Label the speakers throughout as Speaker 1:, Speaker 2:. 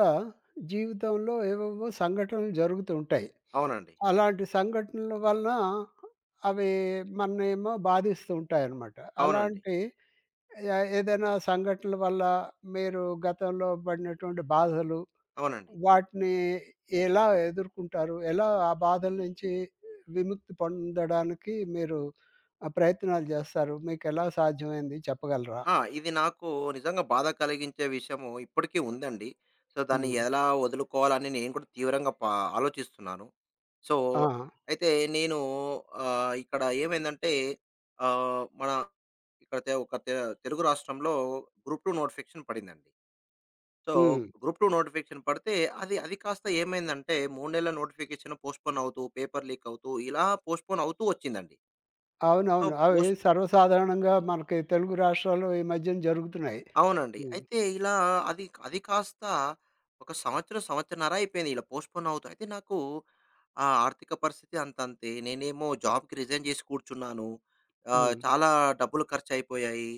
Speaker 1: కూడా జీవితంలో ఏవేవో సంఘటనలు జరుగుతూ ఉంటాయి.
Speaker 2: అవునండి.
Speaker 1: అలాంటి సంఘటనల వలన అవి మననేమో బాధిస్తూ ఉంటాయన్నమాట.
Speaker 2: అవునండి.
Speaker 1: అలాంటి ఏదైనా సంఘటనల వల్ల మీరు గతంలో పడినటువంటి బాధలు,
Speaker 2: అవునండి.
Speaker 1: వాటిని ఎలా ఎదుర్కుంటారు? ఎలా ఆ బాధల నుంచి విముక్తి పొందడానికి మీరు ప్రయత్నాలు జేస్తారు? మీకెలా సాధ్యమైంది చెప్పగలరా?
Speaker 2: ఆ! ఇది నాకు నిజంగా బాధ కలిగించే విషయము ఇప్పటికీ ఉందండి. సో, దాన్ని
Speaker 1: హ్మ్.
Speaker 2: ఎలా వదులుకోవాలని నేను కూడా తీవ్రంగా ఆలోచిస్తున్నాను. సో,
Speaker 1: ఆ!
Speaker 2: అయితే నేను ఇక్కడ ఏమైందంటే, మన ఇక్కడ తె ఒక తె తెలుగు రాష్ట్రంలో గ్రూప్ 2 నోటిఫికేషన్ పడిందండి. So,
Speaker 1: hmm.
Speaker 2: గ్రూప్ 2 నోటిఫికేషన్ పడితే అది అది కాస్త ఏమైందంటే, 3 నెలల నోటిఫికేషన్ పోస్ట్‌పోన్ అవుతూ, పేపర్ లీక్ అవుతూ, ఇలా పోస్ట్‌పోన్ అవుతూ వచ్చిందండి. సో,
Speaker 1: అవునవును. అవి
Speaker 2: పోస్ట్
Speaker 1: సర్వసాధారణంగా మనకి తెలుగు రాష్ట్రాల్లో ఈ మధ్యన జరుగుతున్నాయి.
Speaker 2: అవునండి.
Speaker 1: హ్మ్.
Speaker 2: అయితే ఇలా అది కాస్త ఒక సంవత్సరం, సంవత్సరన్నర అయిపోయింది ఇలా పోస్ట్‌పోన్ అవుతూ. అయితే నాకు ఆర్థిక పరిస్థితి అంతంతే. నేనేమో జాబ్‌కి రిజైన్ చేసి కూర్చున్నాను.
Speaker 1: హ్మ్.
Speaker 2: చాలా డబ్బులు ఖర్చయిపోయాయి.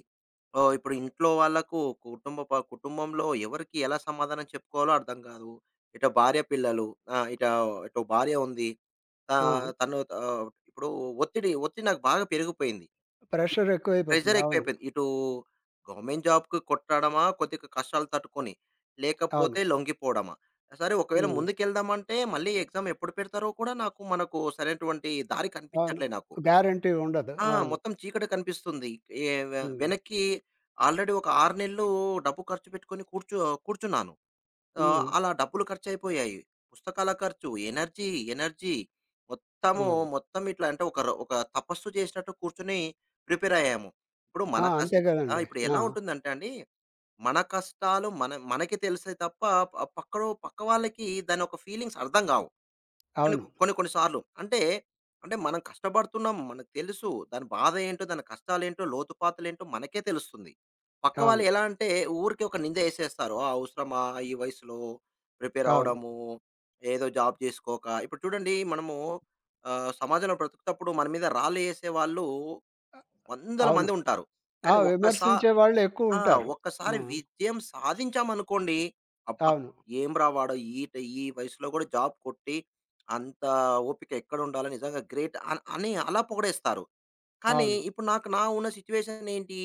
Speaker 2: ఓహ్! ఇప్పుడు ఇంట్లో వాళ్ళకు కుటుంబంలో ఎవరికి ఎలా సమాధానం చెప్పుకోవాలో అర్థం కాదు. ఇటు భార్య, పిల్లలు. ఆ! ఇట ఇటు భార్య ఉంది.
Speaker 1: ఆ!
Speaker 2: తను, ఇప్పుడు ఒత్తిడి నాకు బాగా పెరిగిపోయింది.
Speaker 1: ప్రెషర్
Speaker 2: ప్రెషర్
Speaker 1: ఎక్కువైపోతుంది. అవును.
Speaker 2: ఎక్కువైపోయింది. ఇటు గవర్నమెంట్ జాబ్‌కి కొట్టడమా కొద్దిగా కష్టాలు తట్టుకొని,
Speaker 1: అవును.
Speaker 2: లేకపోతే లొంగిపోవడమా. సరే, ఒకవేళ
Speaker 1: హ్మ్.
Speaker 2: ముందుకెళ్దామంటే మళ్ళీ ఎగ్జామ్ ఎప్పుడు పెడతారో కూడా నాకు మనకు సరైనటువంటి దారి
Speaker 1: అవును.
Speaker 2: కనిపించట్లే నాకు.
Speaker 1: గ్యారంటీ ఉండదు.
Speaker 2: ఆ!
Speaker 1: అవును.
Speaker 2: మొత్తం చీకటి కనిపిస్తుంది. ఏ వె
Speaker 1: హ్మ్.
Speaker 2: వెనక్కి ఆల్రెడీ ఒక 6 నెలలు డబ్బు ఖర్చు పెట్టుకొని కూర్చున్నాను.
Speaker 1: హ్మ్.
Speaker 2: అలా డబ్బులు ఖర్చయిపోయాయి. పుస్తకాల ఖర్చు, ఎనర్జీ, ఎనర్జీ మొత్తము,
Speaker 1: హ్మ్.
Speaker 2: మొత్తం ఇట్లా, అంటే ఒక తపస్సు చేసినట్టు కూర్చొని ప్రిపేరయ్యాము. ఇప్పుడు మన
Speaker 1: ఆ! అంతే
Speaker 2: కసి ఆ!
Speaker 1: గదండీ.
Speaker 2: ఇప్పుడు
Speaker 1: ఆ!
Speaker 2: ఎలా ఉంటుందంటే అండి, మన కష్టాలు మన మనకి తెలిసే తప్ప ప పక్కడో పక్క వాళ్ళకి దాని ఒక ఫీలింగ్స్ అర్థం గావు. కొన్ని
Speaker 1: అవును.
Speaker 2: కొన్ని కొన్ని సార్లు. అంటే, మనం కష్టపడుతున్నాం. మనకు తెలుసు. దాని బాధ ఏంటో, దాని కష్టాలేంటో, లోతుపాతులేంటో మనకే తెలుస్తుంది. పక్క వాళ్ళు
Speaker 1: అవును.
Speaker 2: ఎలా అంటే ఊరికే ఒక నింద ఏసేస్తారు. "ఆ! అవసరమా ఈ వయసులో ప్రిపేర్
Speaker 1: అవును.
Speaker 2: అవ్వడము, ఏదో జాబ్ చేసుకోక." ఇప్పుడు చూడండి మనము సమాజంలో బ్రతుకుతప్పుడు మన మీద రాళ్ళు ఏసేవాళ్ళు వందల
Speaker 1: అవును.
Speaker 2: మంది ఉంటారు.
Speaker 1: ఆ!
Speaker 2: కానీ ఒక్కసా
Speaker 1: విమర్శించే
Speaker 2: ఆ!
Speaker 1: వాళ్ళెక్కువుంటారు. ఆ!
Speaker 2: ఒక్కసారి విజయం సాధించామనుకోండి, అబ్బా!
Speaker 1: అవును.
Speaker 2: ఏంరా వాడు ఈ వయసులో కూడా జాబ్ కొట్టి, అంత ఓపిక ఎక్కడుండాలి, నిజంగా గ్రేట్ అని అలా పొగిడేస్తారు. కానీ
Speaker 1: అవును.
Speaker 2: ఇప్పుడు నా ఉన్న సిట్యుయేషన్ ఏంటి?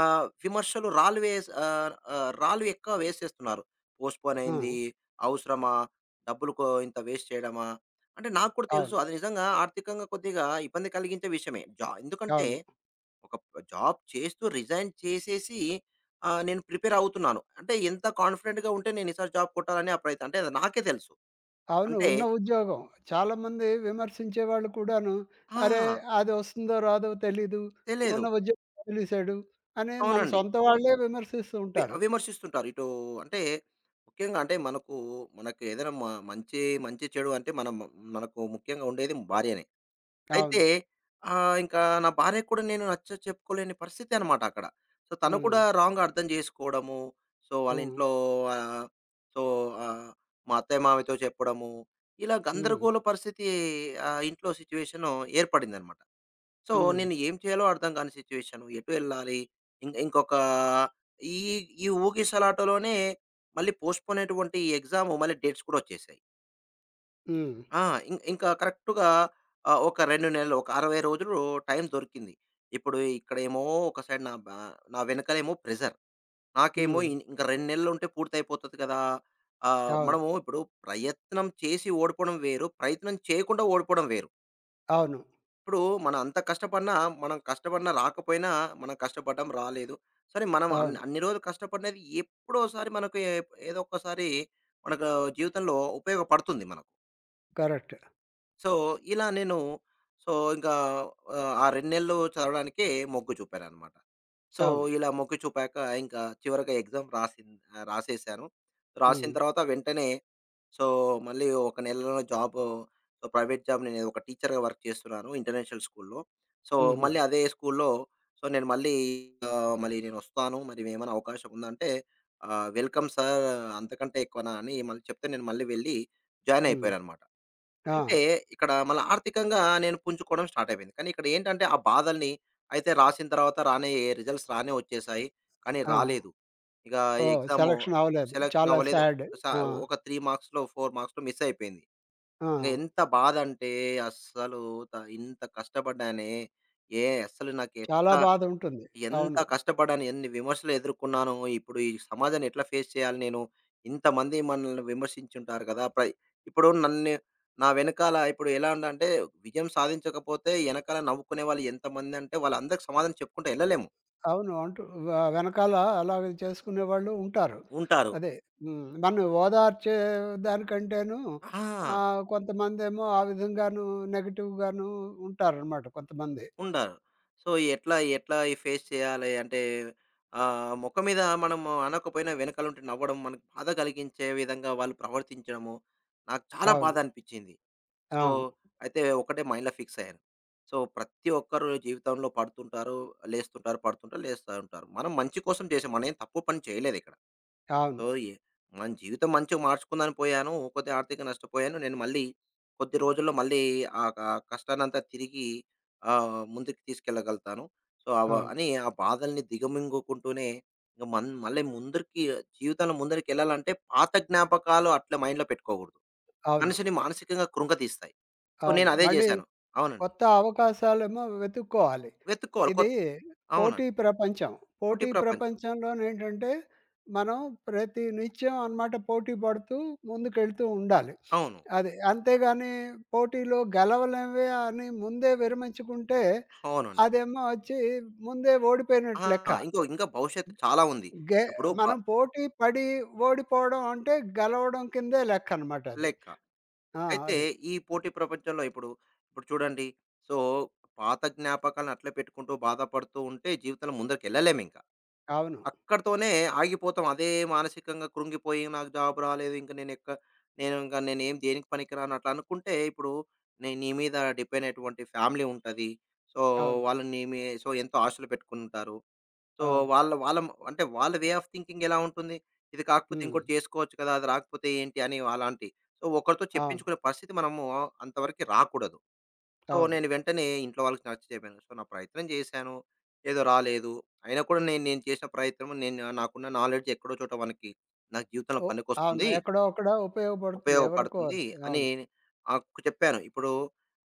Speaker 2: విమర్శలు రాళ్ళు వేసి, ఆహ్, ఆహ్, రాళ్ళు ఎక్కువ వేసేస్తున్నారు. పోస్ట్‌పోన్
Speaker 1: ఆ!
Speaker 2: అయింది, అవసరమా? డబ్బులు ఇంత వేస్ట్ చేయడమా? అంటే నాకు కూడా తెలుసు,
Speaker 1: అవును.
Speaker 2: అది నిజంగా ఆర్థికంగా కొద్దిగా ఇబ్బంది కలిగించే విషయమే. ఎందుకంటే
Speaker 1: అవును.
Speaker 2: ఒక జాబ్ చేస్తూ రిజైన్ చేసేసి, నేను ప్రిపేర్ అవుతున్నాను. అంటే ఎంత కాన్ఫిడెంట్‌గా ఉంటే నేను ఈసారి జాబ్ కొట్టాలని ఆ ప్రయత్నం. అంటే అది నాకే తెలుసు.
Speaker 1: అవును.
Speaker 2: అంటే,
Speaker 1: ఉన్న ఉద్యోగం. చాలామంది విమర్శించేవాళ్ళు కూడాను,
Speaker 2: ఆ!
Speaker 1: "అరే! అదొస్తుందో రాదో తెలీదు.
Speaker 2: తెలియదు.
Speaker 1: ఉన్న ఉద్యోగం వదిలేసాడు" అని మన
Speaker 2: అవునండి.
Speaker 1: సొంత వాళ్ళే విమర్శిస్తూ ఉంటారు.
Speaker 2: విమర్శిస్తుంటారు. ఇటు, అంటే ముఖ్యంగా అంటే మనకు, మనకు ఏదైనా మ మంచి మంచి చెడు అంటే మనం, మనకు ముఖ్యంగా ఉండేది భార్యనే. అయితే
Speaker 1: అవును.
Speaker 2: ఇంకా నా భార్యకి కూడా నేను నచ్చ చెప్పుకోలేని పరిస్థితి అనమాట అక్కడ. సో, తను
Speaker 1: హ్మ్.
Speaker 2: కూడా రాంగ్‌గా అర్థం చేసుకోవడము. సో, వాళ్ళ
Speaker 1: హ్మ్.
Speaker 2: ఇంట్లో, ఆహ్, సో, ఆహ్, మా అత్తయ్య, మావయ్యతో చెప్పడము. ఇలా
Speaker 1: హ్మ్.
Speaker 2: గందరగోళ పరిస్థితి, ఇంట్లో సిట్యుయేషను ఏర్పడిందనమాట. సో,
Speaker 1: హ్మ్.
Speaker 2: నేను ఏం చేయాలో అర్థం కాని సిట్యుయేషను. ఎటు వెళ్ళాలి? ఇంకొక ఈ ఈ ఊగిసలాటలోనే మళ్ళీ పోస్ట్‌పోన్ అయినటువంటి ఎగ్జాము మళ్ళీ డేట్స్ కూడా వచ్చేసాయి.
Speaker 1: హ్మ్.
Speaker 2: ఆ! ఇంకా కరెక్ట్‌గా, ఒక 2 నెలలు, ఒక 60 రోజులు టైం దొరికింది. ఇప్పుడు ఇక్కడేమో ఒక సైడ్ నా వెనకాలేమో ప్రెషర్. నాకేమో
Speaker 1: హ్మ్.
Speaker 2: ఇంకా 2 నెలలుంటే పూర్తయిపోతది కదా!
Speaker 1: అవును.
Speaker 2: మనము ఇప్పుడు ప్రయత్నం చేసి ఓడిపోవడం వేరు, ప్రయత్నం చేయకుండా ఓడిపోవడం వేరు.
Speaker 1: అవును.
Speaker 2: ఇప్పుడు మనం అంత కష్టపడినా, మనం కష్టపడినా రాకపోయినా, మనం కష్టపడ్డం రాలేదు. సరే, మనం
Speaker 1: అవును.
Speaker 2: అన్ని రోజులు కష్టపడినది ఎప్పుడోసారి మనకు ఏదో ఒక్కసారి మనకు జీవితంలో ఉపయోగపడుతుంది మనకు.
Speaker 1: కరెక్ట్.
Speaker 2: సో, ఇలా నేను సో, ఇంకా ఆహ్, ఆ 2 నెలలు చదవడానికే మొగ్గు చూపాననమాట. సో,
Speaker 1: అవును.
Speaker 2: ఇలా మొగ్గు చూపాక ఇంకా చివరగా ఎగ్జామ్ రాసేసాను. రాసిన
Speaker 1: హ్మ్.
Speaker 2: తర్వాత వెంటనే, సో, మళ్ళీ ఒక నెలలో జాబు, సో, ప్రైవేట్ జాబ్, నేను ఒక టీచర్‌గా వర్క్ చేస్తున్నాను ఇంటర్నేషనల్ స్కూల్‌లో. సో,
Speaker 1: హుహు.
Speaker 2: మళ్ళీ అదే స్కూల్‌లో, సో, నేను మళ్ళీ, మళ్ళీ నేనొస్తాను, మరి ఏమైనా అవకాశం ఉందంటే, "వెల్కమ్ సార్, అంతకంటే ఎక్కువనా?" అని మళ్ళీ చెప్తే నేను మళ్ళీ వెళ్ళి జాయిన్
Speaker 1: హ్మ్.
Speaker 2: అయిపోయాననమాట.
Speaker 1: ఆ!
Speaker 2: అంటే ఇక్కడ మళ్ళా ఆర్థికంగా నేను పుంజుకోవడం స్టార్ట్ అయిపోయింది. కానీ ఇక్కడ ఏంటంటే ఆ బాధల్ని, అయితే రాసిన తర్వాత రానే రిజల్ట్స్ రానే వచ్చేసాయి. కానీ
Speaker 1: ఆ!
Speaker 2: రాలేదు. ఇక ఈ
Speaker 1: ఓహ్!
Speaker 2: ఎగ్జాము
Speaker 1: సెలక్షన్ అవ్వలేదు.
Speaker 2: సెలక్షన్
Speaker 1: చాలా
Speaker 2: అవ్వలేదు.
Speaker 1: సాడ్.
Speaker 2: స
Speaker 1: ఆ!
Speaker 2: ఒక 3 మార్క్స్‌లో, 4 మార్క్స్‌లో మిస్ అయిపోయింది.
Speaker 1: ఆ!
Speaker 2: ఇంక ఎంత బాధ అంటే, అస్సలు, ఇంత కష్టపడ్డానే, అస్సలు నాకు
Speaker 1: చాలా
Speaker 2: ఎట్లా,
Speaker 1: బాధుంటుంది.
Speaker 2: ఎంత
Speaker 1: అవును.
Speaker 2: కష్టపడ్డాను, ఎన్ని విమర్శలు ఎదుర్కొన్నానో, ఇప్పుడు ఈ సమాజాన్ని ఎట్లా ఫేస్ చేయాలి నేను? ఇంతమంది మనల్ని విమర్శించుంటారు కదా! ఇప్పుడు నన్ను, నా వెనకాల ఇప్పుడు ఎలా ఉందంటే, విజయం సాధించకపోతే ఎనకాల నవ్వుకునే వాళ్ళు ఎంతమందంటే, వాళ్ళందరికి సమాధానం చెప్పుకుంటూ ఎళ్ళలేము.
Speaker 1: అవును. అంటూ వెనకాల అలాగే చేసుకునేవాళ్ళు ఉంటారు.
Speaker 2: ఉంటారు.
Speaker 1: అదే హ్మ్. మనం ఓదార్చే దానికంటేను
Speaker 2: ఆ!
Speaker 1: కొంతమందేమో ఆ విధంగాను నెగెటివ్‌గాను ఉంటారనమాట కొంతమంది.
Speaker 2: ఉండరు. సో, ఎట్లా ఈ ఫేస్ చేయాలి అంటే, మొఖం మీద మనము అనకపోయినా వెనకాల ఉంటే నవ్వడం, మనకు బాధ కలిగించే విధంగా వాళ్ళు ప్రవర్తించడము, నాకు చాలా బాధ
Speaker 1: అవును.
Speaker 2: అనిపిచ్చింది. సో,
Speaker 1: అవును.
Speaker 2: అయితే ఒకటే మైండ్‌లో ఫిక్స్ అయ్యాను. సో, ప్రతి ఒక్కరు జీవితంలో పడుతుంటారు, లేస్తుంటారు, పడుతుంటారు, లేస్తా ఉంటారు. మనం మంచి కోసం చేసాం. మనం ఏం తప్పు పని చేయలేదిక్కడ.
Speaker 1: అవును.
Speaker 2: సో, ఎ మన జీవితం మంచిగా మార్చుకుందామని పోయాను. కొద్దిగా ఆర్థికంగా నష్టపోయాను. నేను మళ్ళీ కొద్ది రోజుల్లో మళ్ళీ ఆ క కష్టాన్నంతా తిరిగి ముందుకు తీసుకెళ్ళగలుగుతాను. సో,
Speaker 1: అవును. అవును.
Speaker 2: అని ఆ బాధల్ని దిగమింగుకుంటూనే ఇంక మళ్ళీ ముందరికి, జీవితంలో ముందరికెళ్ళాలంటే పాత జ్ఞాపకాలు అట్లా మైండ్‌లో పెట్టుకోకూడదు.
Speaker 1: అవును.
Speaker 2: మనిషిని మానసికంగా కృంగతీస్తాయి. సో,
Speaker 1: అవును.
Speaker 2: నేనదే
Speaker 1: మళ్ళీ
Speaker 2: జేశాను. అవునండి.
Speaker 1: కొత్త అవకాశాలేమో వెతుక్కోవాలి.
Speaker 2: వెతుక్కోవాలి.
Speaker 1: ఇది
Speaker 2: అవునండి.
Speaker 1: పోటీ ప్రపంచం.
Speaker 2: పోటీ
Speaker 1: పోటీ
Speaker 2: ప్రపంచం.
Speaker 1: ప్రపంచంలోనేంటంటే, మనం ప్రతి నిత్యం అనమాట పోటీ పడుతూ ముందుకెళ్తూ ఉండాలి.
Speaker 2: అవును.
Speaker 1: అది. అంతేగాని పోటీలో గెలవలేమే అని ముందే విరమించుకుంటే,
Speaker 2: అవునండి.
Speaker 1: అదేమో వచ్చి ముందే
Speaker 2: ఆ!
Speaker 1: ఓడిపోయినట్టు లెక్క.
Speaker 2: ఇంకా భవిష్యత్తు చాలా ఉంది.
Speaker 1: గె
Speaker 2: ఇప్పుడు బ
Speaker 1: మనం పోటీ పడి ఓడిపోవడం అంటే గెలవడం కిందే లెక్కనమాట అది.
Speaker 2: లెక్క.
Speaker 1: ఆ!
Speaker 2: అయితే
Speaker 1: అది.
Speaker 2: ఈ పోటీ ప్రపంచంలో ఇప్పుడు, ఇప్పుడు చూడండి, సో, పాత జ్ఞాపకాలను అట్లే పెట్టుకుంటూ బాధపడుతూ ఉంటే జీవితంలో ముందరికెళ్ళలేమింక.
Speaker 1: అవును.
Speaker 2: అక్కడితోనే ఆగిపోతాం. అదే మానసికంగా కృంగిపోయి నాకు జాబ్ రాలేదు, ఇంక నేను ఎక్క నేను ఇంక నేనేం దేనికి పనికిరాను అట్లా అనుకుంటే ఇప్పుడు నీ మీద డిపెండ్ అయ్యేటువంటి ఫ్యామిలీ ఉంటది. సో,
Speaker 1: అవును.
Speaker 2: వాళ్ళు నీ మీ సో, ఎంతో ఆశలు పెట్టుకునుంటారు. సో,
Speaker 1: అవును.
Speaker 2: వాళ్ళ వాళ్ళ మ అంటే వాళ్ళ ఆఫ్ థింకింగ్ ఎలా ఉంటుంది? ఇది కాకపోతే
Speaker 1: హ్మ్.
Speaker 2: ఇంకోటి చేసుకోవచ్చు కదా! అది రాకపోతే ఏంటి అని అలాంటి. సో, ఒకరితో
Speaker 1: అవును.
Speaker 2: చెప్పించుకునే పరిస్థితి మనము అంతవరకి రాకూడదు. సో,
Speaker 1: అవును.
Speaker 2: నేను వెంటనే ఇంట్లో వాళ్ళకి నచ్చ చెప్పాను. సో, నా ప్రయత్నం చేశాను. ఏదో రాలేదు. అయినా కూడా నేను నేను చేసిన ప్రయత్నం, నేను నాకున్న నాలెడ్జ్ ఎక్కడో చోట మనకి, నా జీవితంలో
Speaker 1: ఓహ్! అవును.
Speaker 2: పనికొస్తుంది,
Speaker 1: ఎక్కడో అక్కడ ఉపయోగపడుతుంది. ఎవరికో
Speaker 2: ఉపయోగపడుతుంది
Speaker 1: ఒకరికి.
Speaker 2: అని
Speaker 1: అవును.
Speaker 2: ఆకు చెప్పాను. ఇప్పుడు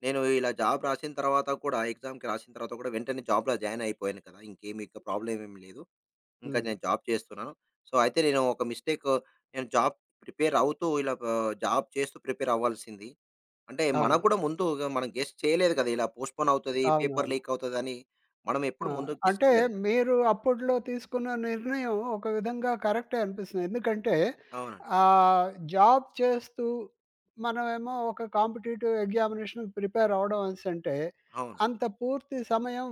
Speaker 2: నేను ఇలా జాబ్ రాసిన తర్వాత కూడా ఎగ్జామ్‌కి రాసిన తర్వాత కూడా వెంటనే జాబ్‌లో జాయిన్ అయిపోయాను కదా! ఇంకేమి ఇక ప్రాబ్లమ్ ఏమి లేదు. ఇంకా
Speaker 1: హ్మ్.
Speaker 2: నేను జాబ్ చేస్తున్నాను. సో, అయితే నేను ఒక మిస్టేక్, నేను జాబ్ ప్రిపేర్ అవుతూ ఇలా, జాబ్ చేస్తూ ప్రిపేర్ అవ్వాల్సింది. అంటే మనకు
Speaker 1: అవును.
Speaker 2: కూడా ముందు ఇగ మనం గెస్ చేయలేదు కదా! ఇలా పోస్ట్‌పోన్ అవుతది, పేపర్
Speaker 1: అవునవును.
Speaker 2: లీక్ అవుతదని మనం
Speaker 1: ఆ!
Speaker 2: ఎప్పుడు ముందు గెస్
Speaker 1: అంటే
Speaker 2: చేయలేదు.
Speaker 1: మీరు అప్పట్లో తీసుకున్న నిర్ణయం ఒక విధంగా కరెక్టే అనిపిస్తుంది. ఎందుకంటే
Speaker 2: అవునండి.
Speaker 1: జాబ్ చేస్తూ మనమేమో ఒక కాంపిటీటివ్ ఎగ్జామినేషన్‌కి ప్రిపేర్ అవ్వడం అనేసంటే
Speaker 2: అవును.
Speaker 1: అంత పూర్తి సమయం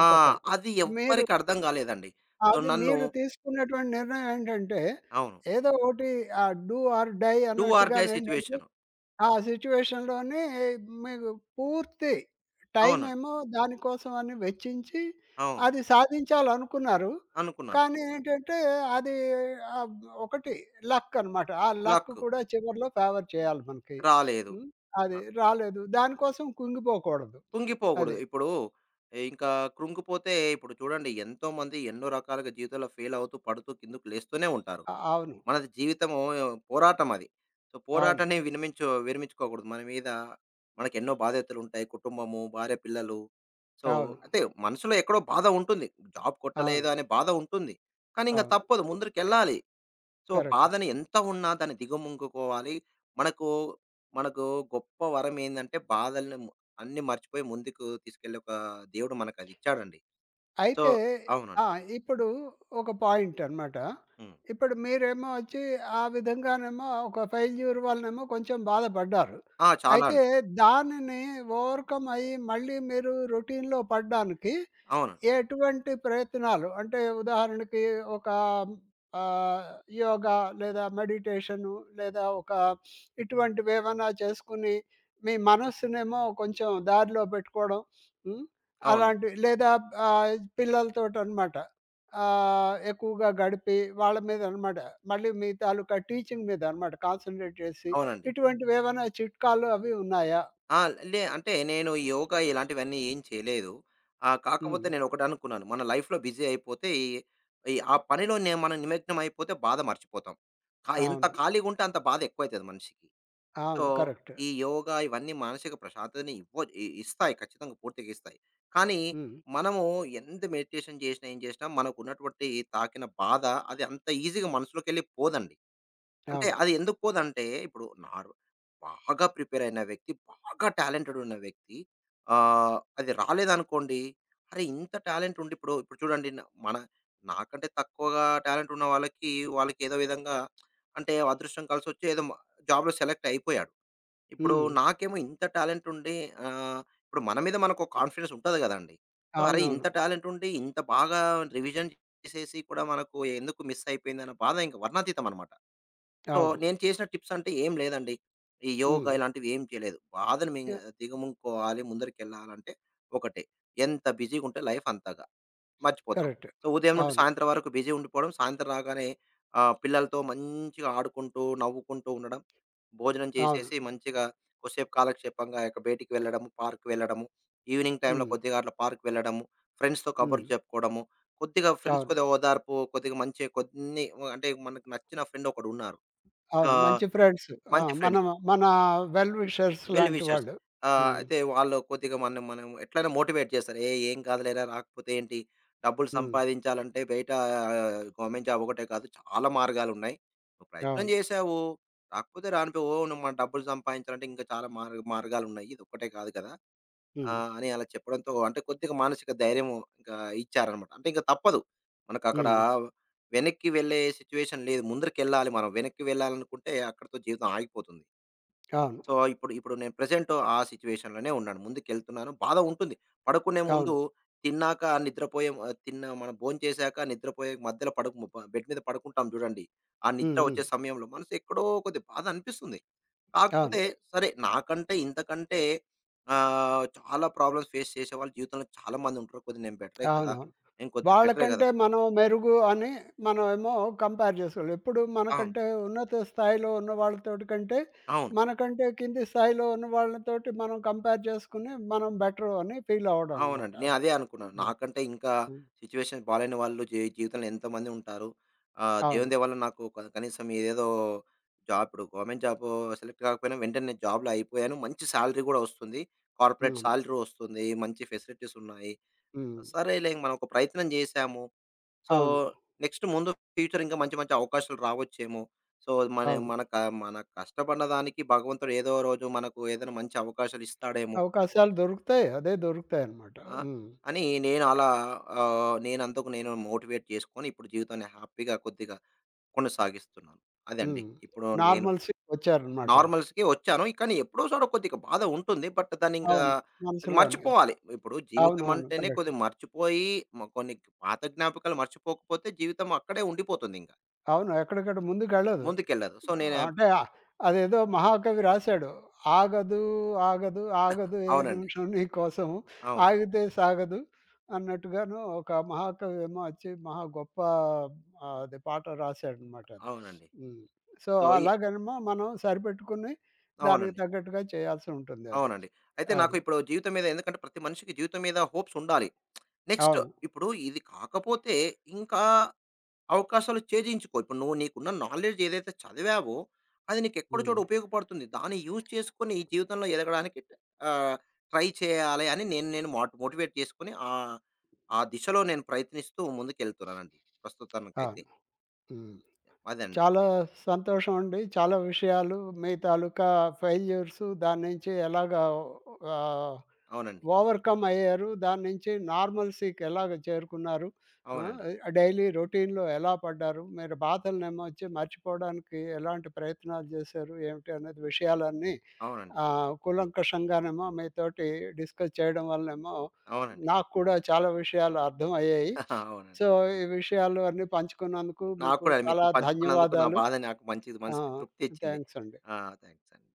Speaker 2: ఆ! అది
Speaker 1: మీరు
Speaker 2: ఎవ్వరికి అర్థం కాలేదండి. సో,
Speaker 1: అది
Speaker 2: నన్ను
Speaker 1: మీరు తీసుకున్నటువంటి నిర్ణయం ఏంటంటే
Speaker 2: అవును.
Speaker 1: ఏదో ఒకటి do or die
Speaker 2: do or die
Speaker 1: అన్నట్టుగానేంటంటే
Speaker 2: సిట్యుయేషన్.
Speaker 1: ఆ సిట్యుయేషన్‌లోని మీకు పూర్తి టైం
Speaker 2: అవును.
Speaker 1: ఏమో దానికోసం అని వెచ్చించి,
Speaker 2: అవును.
Speaker 1: అది సాధించాలనుకున్నారు.
Speaker 2: అనుకున్నాను.
Speaker 1: కానీ ఏంటంటే, అది ఆహ్, ఒకటి లక్ అనమాట. ఆ లక్
Speaker 2: లక్
Speaker 1: కూడా చివరిలో ఫేవర్ చేయాలి మనకి.
Speaker 2: రాలేదు.
Speaker 1: హ్మ్.
Speaker 2: ఆ!
Speaker 1: అది రాలేదు. దానికోసం కుంగిపోకూడదు.
Speaker 2: కుంగిపోకూడదు.
Speaker 1: అది.
Speaker 2: ఇప్పుడు ఇంకా కృంగిపోతే ఇప్పుడు చూడండి, ఎంతోమంది ఎన్నో రకాలుగా జీవితంలో ఫెయిల్ అవుతూ, పడుతూ కిందకు లేస్తూనే ఉంటారు.
Speaker 1: అవును.
Speaker 2: మన జీవితము పోరాటం అది. సో,
Speaker 1: అవును.
Speaker 2: పోరాటాన్ని విరమించుకోకూడదు. మన మీద మనకు ఎన్నో బాధ్యతలు ఉంటాయి. కుటుంబము, భార్య, పిల్లలు. సో,
Speaker 1: అవును.
Speaker 2: అయితే మనసులో ఎక్కడో బాధ ఉంటుంది. జాబ్ కొట్టలేదు
Speaker 1: అవును.
Speaker 2: అనే బాధ ఉంటుంది. కానీ ఇంక
Speaker 1: అవును.
Speaker 2: తప్పదు, ముందరికెళ్ళాలి. So,
Speaker 1: correct.
Speaker 2: బాధని ఎంత ఉన్నా దాన్ని దిగమింగుకోవాలి. మనకు మనకు గొప్ప వరం ఏందంటే బాధల్ని ము అన్నీ మర్చిపోయి ముందుకు తీసుకెళ్ళే ఒక దేవుడు మనకదిచ్చాడండి. సో,
Speaker 1: అయితే
Speaker 2: అవునండి.
Speaker 1: ఆ! ఇప్పుడు ఒక పాయింటనమాట.
Speaker 2: హ్మ్.
Speaker 1: ఇప్పుడు మీరేమో వచ్చి ఆ విధంగానేమో ఒక ఫెయిల్యూర్ వల్లనేమో కొంచెం బాధపడ్డారు.
Speaker 2: ఆ! చాలా
Speaker 1: అయితే
Speaker 2: అండి.
Speaker 1: దానిని ఓవర్‌కమ్ అయ్యి మళ్ళీ మీరు రొటీన్‌లో పడ్డానికి
Speaker 2: అవును.
Speaker 1: ఎటువంటి ప్రయత్నాలు? అంటే ఉదాహరణకి ఒక ఆహ్, యోగా లేదా మెడిటేషను లేదా ఒక ఇటువంటివేవన్నా చేసుకొని మీ మనస్సునేమో కొంచెం దారిలో పెట్టుకోవడం. హ్మ్.
Speaker 2: అవును.
Speaker 1: అలాంటి లేదా పిల్లలతోటనమాట. ఎక్కువగా గడిపి వాళ్ళ మీదనమాట. మళ్ళీ మీ తాలూకా టీచింగ్ మీదనమాట కాన్సంట్రేట్ చేసి
Speaker 2: అవునండి.
Speaker 1: ఇటువంటివేవన్నా చిట్కాలు అవి ఉన్నాయా?
Speaker 2: ఆ! లే అంటే నేను యోగా ఇలాంటివన్నీ ఏం చేయలేదు. కాకపోతే
Speaker 1: హ్మ్.
Speaker 2: నేను ఒకటి అనుకున్నాను. మన లైఫ్‌లో బిజీ అయిపోతే ఈ, ఆ పనిలో మనం నిమగ్నం అయిపోతే బాధ మర్చిపోతాం. ఎంత
Speaker 1: అవును.
Speaker 2: ఖాళీగా ఉంటే అంత బాధ ఎక్కువైతది మనిషికి. సో,
Speaker 1: అవును. కరెక్ట్.
Speaker 2: ఈ యోగా ఇవన్నీ మానసిక ప్రశాంతతని ఇవ్వ ఇ ఇస్తాయి. ఖచ్చితంగా పూర్తిగా ఇస్తాయి. కానీ
Speaker 1: హ్మ్.
Speaker 2: మనము ఎంత మెడిటేషన్ చేసినా, ఏం చేసినా మనకున్నటువంటి తాకిన బాధ అది అంత ఈజీగా మనసులోకెళ్ళి పోదండి. అంటే
Speaker 1: అవును.
Speaker 2: అది ఎందుకు పోదంటే, ఇప్పుడు బాగా ప్రిపేర్ అయిన వ్యక్తి, బాగా టాలెంటెడ్ ఉన్న వ్యక్తి, అది రాలేదనుకోండి, అరే! ఇంత టాలెంట్ ఉండి ఇప్పుడు, ఇప్పుడు చూడండి న మన నాకంటే తక్కువగా టాలెంట్ ఉన్న వాళ్ళకి, వాళ్ళకి ఏదో విధంగా, అంటే అదృష్టం కలిసొచ్చి ఏదో మ జాబ్‌లో సెలెక్ట్ అయిపోయాడు. ఇప్పుడు
Speaker 1: హ్మ్.
Speaker 2: నాకేమో ఇంత టాలెంట్ ఉండి, ఆహ్, ఇప్పుడు మన మీద మనకు ఒక కాన్ఫిడెన్స్ ఉంటది గదండీ! సో, అరే!
Speaker 1: అవునవును.
Speaker 2: ఇంత టాలెంట్ ఉండి, ఇంత బాగా రివిజన్ చేసేసి కూడా మనకు ఎందుకు మిస్ అయిపోయిందన్న బాధ ఇంక వర్ణాతీతం అనమాట. సో,
Speaker 1: అవును.
Speaker 2: నేను చేసిన టిప్స్ అంటే ఏం లేదండి. ఈ యోగా
Speaker 1: హ్మ్.
Speaker 2: ఇలాంటివి ఏం చేయలేదు. బాధను
Speaker 1: యాహ్!
Speaker 2: దిగమింగుకోవాలి, ముందరికెళ్ళాలంటే ఒకటే. ఎంత బిజీగుంటే లైఫ్ అంతగా మర్చిపోతాం.
Speaker 1: కరెక్ట్.
Speaker 2: సో, ఉదయం నుండి
Speaker 1: అవును.
Speaker 2: సాయంత్రం వరకు బిజీ ఉండిపోవడం, సాయంత్రం రాగానే పిల్లలతో మంచిగా ఆడుకుంటూ, నవ్వుకుంటూ ఉండడం. భోజనం
Speaker 1: అవును.
Speaker 2: చేసేసి మంచిగా కొద్దిసేపు కాలక్షేపంగా బయటికి వెళ్ళడము, పార్క్‌కి వెళ్ళడము. ఈవినింగ్ టైమ్‌లో
Speaker 1: హ్మ్.
Speaker 2: కొద్దిగా అట్లా పార్క్‌కి వెళ్ళడము, ఫ్రెండ్స్‌తో
Speaker 1: హ్మ్.
Speaker 2: కబుర్లు చెప్పుకోవడము. కొద్దిగా ఫ్రెండ్స్, కొద్దిగా
Speaker 1: అవును.
Speaker 2: ఓదార్పు, కొద్దిగా మంచి కొన్ని, అంటే మనకు నచ్చిన ఫ్రెండ్ ఒకడున్నారు.
Speaker 1: అవును.
Speaker 2: ఆహ్,
Speaker 1: మంచి ఫ్రెండ్స్. ఆ!
Speaker 2: మంచి
Speaker 1: మన
Speaker 2: ఫ్రెండ్స్.
Speaker 1: మన వెల్ విషర్స్
Speaker 2: వెల్
Speaker 1: లాంటి
Speaker 2: విషర్స్.
Speaker 1: వాళ్ళు. హ్మ్.
Speaker 2: అయితే వాళ్ళు కొద్దిగా మనం మనం ఎట్లైనా మోటివేట్ చేస్తారు. "ఏయ్! ఏం కాదులేరా, రాకపోతే ఏంటి? డబ్బులు
Speaker 1: హ్మ్.
Speaker 2: సంపాదించాలంటే బయట గవర్నమెంట్ జాబ్ ఒకటే కాదు, చాలా మార్గాలున్నాయి. నువ్వు ప్రయత్నం
Speaker 1: అవును.
Speaker 2: చేశావు. రాకపోతే రానిపో, ఓ నువ్వు మన డబ్బులు సంపాదించాలంటే ఇంకా చాలా మార్గాలున్నాయి. ఇదొక్కటే కాదు కదా!"
Speaker 1: హ్మ్.
Speaker 2: అని అలా చెప్పడంతో అంటే కొద్దిగా మానసిక ధైర్యం ఇంకా ఇచ్చారన్నమాట. అంటే ఇంక తప్పదు. మనకక్కడ
Speaker 1: హ్మ్.
Speaker 2: వెనక్కి వెళ్ళే సిట్యుయేషన్ లేదు. ముందరికెళ్ళాలి మనం. వెనక్కి వెళ్ళాలనుకుంటే అక్కడితో జీవితం ఆగిపోతుంది.
Speaker 1: అవును.
Speaker 2: సో, ఇప్పుడు ఇప్పుడు నేను ప్రెజెంట్ ఆ సిట్యుయేషన్‌లోనే ఉన్నాను. ముందుకెళ్తున్నాను. బాధ ఉంటుంది. పడుకునే ముందు
Speaker 1: అవును.
Speaker 2: తిన్న మనం భోంచేశాక నిద్రపోయే మధ్యలో పడుకు ప బెడ్ మీద పడుకుంటాం చూడండి. ఆ
Speaker 1: హ్మ్.
Speaker 2: నిద్ర
Speaker 1: హ్మ్.
Speaker 2: వచ్చే సమయంలో మనసు ఎక్కడో కొద్దిగా బాధ అనిపిస్తుంది. కాకపోతే
Speaker 1: అవును.
Speaker 2: సరే, నాకంటే ఇంతకంటే చాలా ప్రాబ్లమ్స్ ఫేస్ చేసేవాళ్ళు జీవితంలో చాలా మంది ఉంటారు. కొద్దిగా నేను బెటరే కదా!
Speaker 1: అవునవును.
Speaker 2: నేను కొద్దిగా బెటరే కదా!
Speaker 1: వాళ్ళకంటే మనం మెరుగు అని మనమేమో కంపేర్ చేసుకోవాలి. ఎప్పుడు
Speaker 2: అవును.
Speaker 1: మనకంటే ఉన్నత స్థాయిలో ఉన్న వాళ్ళతోటి కంటే,
Speaker 2: అవును.
Speaker 1: మనకంటే కింది స్థాయిలో ఉన్న వాళ్ళతోటి మనం కంపేర్ చేసుకొని మనం బెటరు అని ఫీల్ అవ్వడం అనమాట
Speaker 2: అవునండి. నేను
Speaker 1: అది.
Speaker 2: అదే అనుకున్నాను.
Speaker 1: హ్మ్.
Speaker 2: నాకంటే ఇంకా
Speaker 1: హ్మ్.
Speaker 2: సిట్యుయేషన్స్ బాలేని వాళ్ళు జీవితంలో ఎంతమంది ఉంటారు. దేవుని
Speaker 1: అవును.
Speaker 2: దయ వల్ల నాకు కనీసం ఏదేదో జాబ్, ఇప్పుడు గవర్నమెంట్ జాబ్ సెలెక్ట్ కాకపోయినా వెంటనే నేను జాబ్‌లో అయిపోయాను. మంచి సాలరీ గూడా వస్తుంది. కార్పొరేట్
Speaker 1: అవును.
Speaker 2: సాలరీ వస్తుంది. మంచి ఫెసిలిటీస్ ఉన్నాయి.
Speaker 1: హ్మ్.
Speaker 2: సరేలే, మనం ఒక ప్రయత్నం జేశాము. సో,
Speaker 1: అవును.
Speaker 2: నెక్స్ట్ ముందు ఫ్యూచర్ ఇంకా మంచి మంచి అవకాశాలు రావచ్చేమో! సో, మన
Speaker 1: అవును.
Speaker 2: మన క మన కష్టపడిన దానికి భగవంతుడు ఏదో రోజు మనకు ఏదైనా మంచి అవకాశాలు ఇస్తాడేమో!
Speaker 1: అవకాశాలు దొరుకుతాయి. అదే దొరుకుతాయనమాట.
Speaker 2: ఆ!
Speaker 1: హ్మ్.
Speaker 2: అని నేను అలా నేనంతకు నేను మోటివేట్ చేసుకొని ఇప్పుడు జీవితాన్ని హ్యాపీగా కొద్దిగా కొనసాగిస్తున్నాను. అదండి.
Speaker 1: హ్మ్.
Speaker 2: ఇప్పుడు నేను
Speaker 1: నార్మల్సీకొచ్చారనమాట అది.
Speaker 2: నార్మల్స్‌కి వచ్చాను. కానీ ఎప్పుడోసారి కొద్దిగా బాధ ఉంటుంది. బట్ దాన్నింకా
Speaker 1: అవును. మనసులోనే.
Speaker 2: మర్చిపోవాలి. ఇప్పుడు జీవితం
Speaker 1: అవునవును.
Speaker 2: అంటేనే
Speaker 1: కరెక్ట్.
Speaker 2: కొద్దిగా మర్చిపోయి, కొన్ని పాత జ్ఞాపకాలు మర్చిపోకపోతే జీవితం అక్కడే ఉండిపోతుందింక.
Speaker 1: అవును. ఎక్కడికక్కడ ముందుకెళ్ళదు.
Speaker 2: ముందుకెళ్ళదు. సో, నేను
Speaker 1: అంటే అదేదో మహాకవి రాశాడు. ఆగదు, ఆగదు, ఆగదు ఏ
Speaker 2: అవునండి.
Speaker 1: నిమిషం నీ కోసం
Speaker 2: అవును.
Speaker 1: ఆగితే సాగదు అన్నట్టుగాను ఒక మహాకవి ఏమో వచ్చి మహా గొప్ప అది పాట రాశాడనమాట అది.
Speaker 2: అవునండి.
Speaker 1: హ్మ్. సో,
Speaker 2: సో, ఈ
Speaker 1: అలాగనేమో మనం సరిపెట్టుకుని దానికి
Speaker 2: అవునండి.
Speaker 1: తగ్గట్టుగా చేయాల్సి ఉంటుంది అది.
Speaker 2: అవునండి. అయితే నాకు
Speaker 1: అది.
Speaker 2: ఇప్పుడు జీవితం మీద, ఎందుకంటే ప్రతి మనిషికి జీవితం మీద హోప్స్ ఉండాలి. నెక్స్ట్
Speaker 1: అవును.
Speaker 2: ఇప్పుడు ఇది కాకపోతే ఇంకా అవకాశాలు ఛేదించుకో. ఇప్పుడు నువ్వు నీకున్న నాలెడ్జ్ ఏదైతే చదివావో, అది నీకు ఎక్కడో
Speaker 1: హ్మ్.
Speaker 2: చోట ఉపయోగపడుతుంది. దాన్ని యూజ్ చేసుకొని ఈ జీవితంలో ఎదగడానికి ఆహ్, ట్రై చేయాలి అని నేను నేను మోట్ మోటివేట్ చేసుకొని, ఆ దిశలో నేను ప్రయత్నిస్తూ ముందుకెళ్తున్నానండి ప్రస్తుతానికైతే.
Speaker 1: అవును. హ్మ్.
Speaker 2: అదండి.
Speaker 1: చాలా సంతోషం అండి. చాలా విషయాలు మీ తాలూకా ఫెయిల్యూర్స్ దాన్నించి ఎలాగా ఆహ్
Speaker 2: అవునండి.
Speaker 1: ఓవర్‌కమ్ అయ్యారు. దాని నుంచి నార్మల్సీకి ఎలాగ చేరుకున్నారు? ఆ!
Speaker 2: అవునండి.
Speaker 1: డైలీ రొటీన్‌లో ఎలా పడ్డారు? మీరు బాధలనేమో వచ్చి మర్చిపోవడానికి ఎలాంటి ప్రయత్నాలు చేశారు? ఏమిటి అనేది విషయాలన్నీ
Speaker 2: అవునండి.
Speaker 1: కూలంకషంగానేమో మీతోటి డిస్కస్ చేయడం వలనేమో
Speaker 2: అవునండి.
Speaker 1: నాకు కూడా చాలా విషయాలు అర్థమయ్యాయి.
Speaker 2: అవునండి.
Speaker 1: సో, ఈ విషయాలు అన్నీ పంచుకున్నందుకు
Speaker 2: నాకు
Speaker 1: మీకు
Speaker 2: కూడా మీతో
Speaker 1: చాలా
Speaker 2: పంచుకున్నందుకు నా
Speaker 1: ధన్యవాదాలు.
Speaker 2: బాధ నాకు మంచిది,
Speaker 1: ఆ!
Speaker 2: మనసుకి తృప్తి ఇచ్చింది.
Speaker 1: థాంక్స్ అండి.
Speaker 2: ఆ! థాంక్స్ అండి.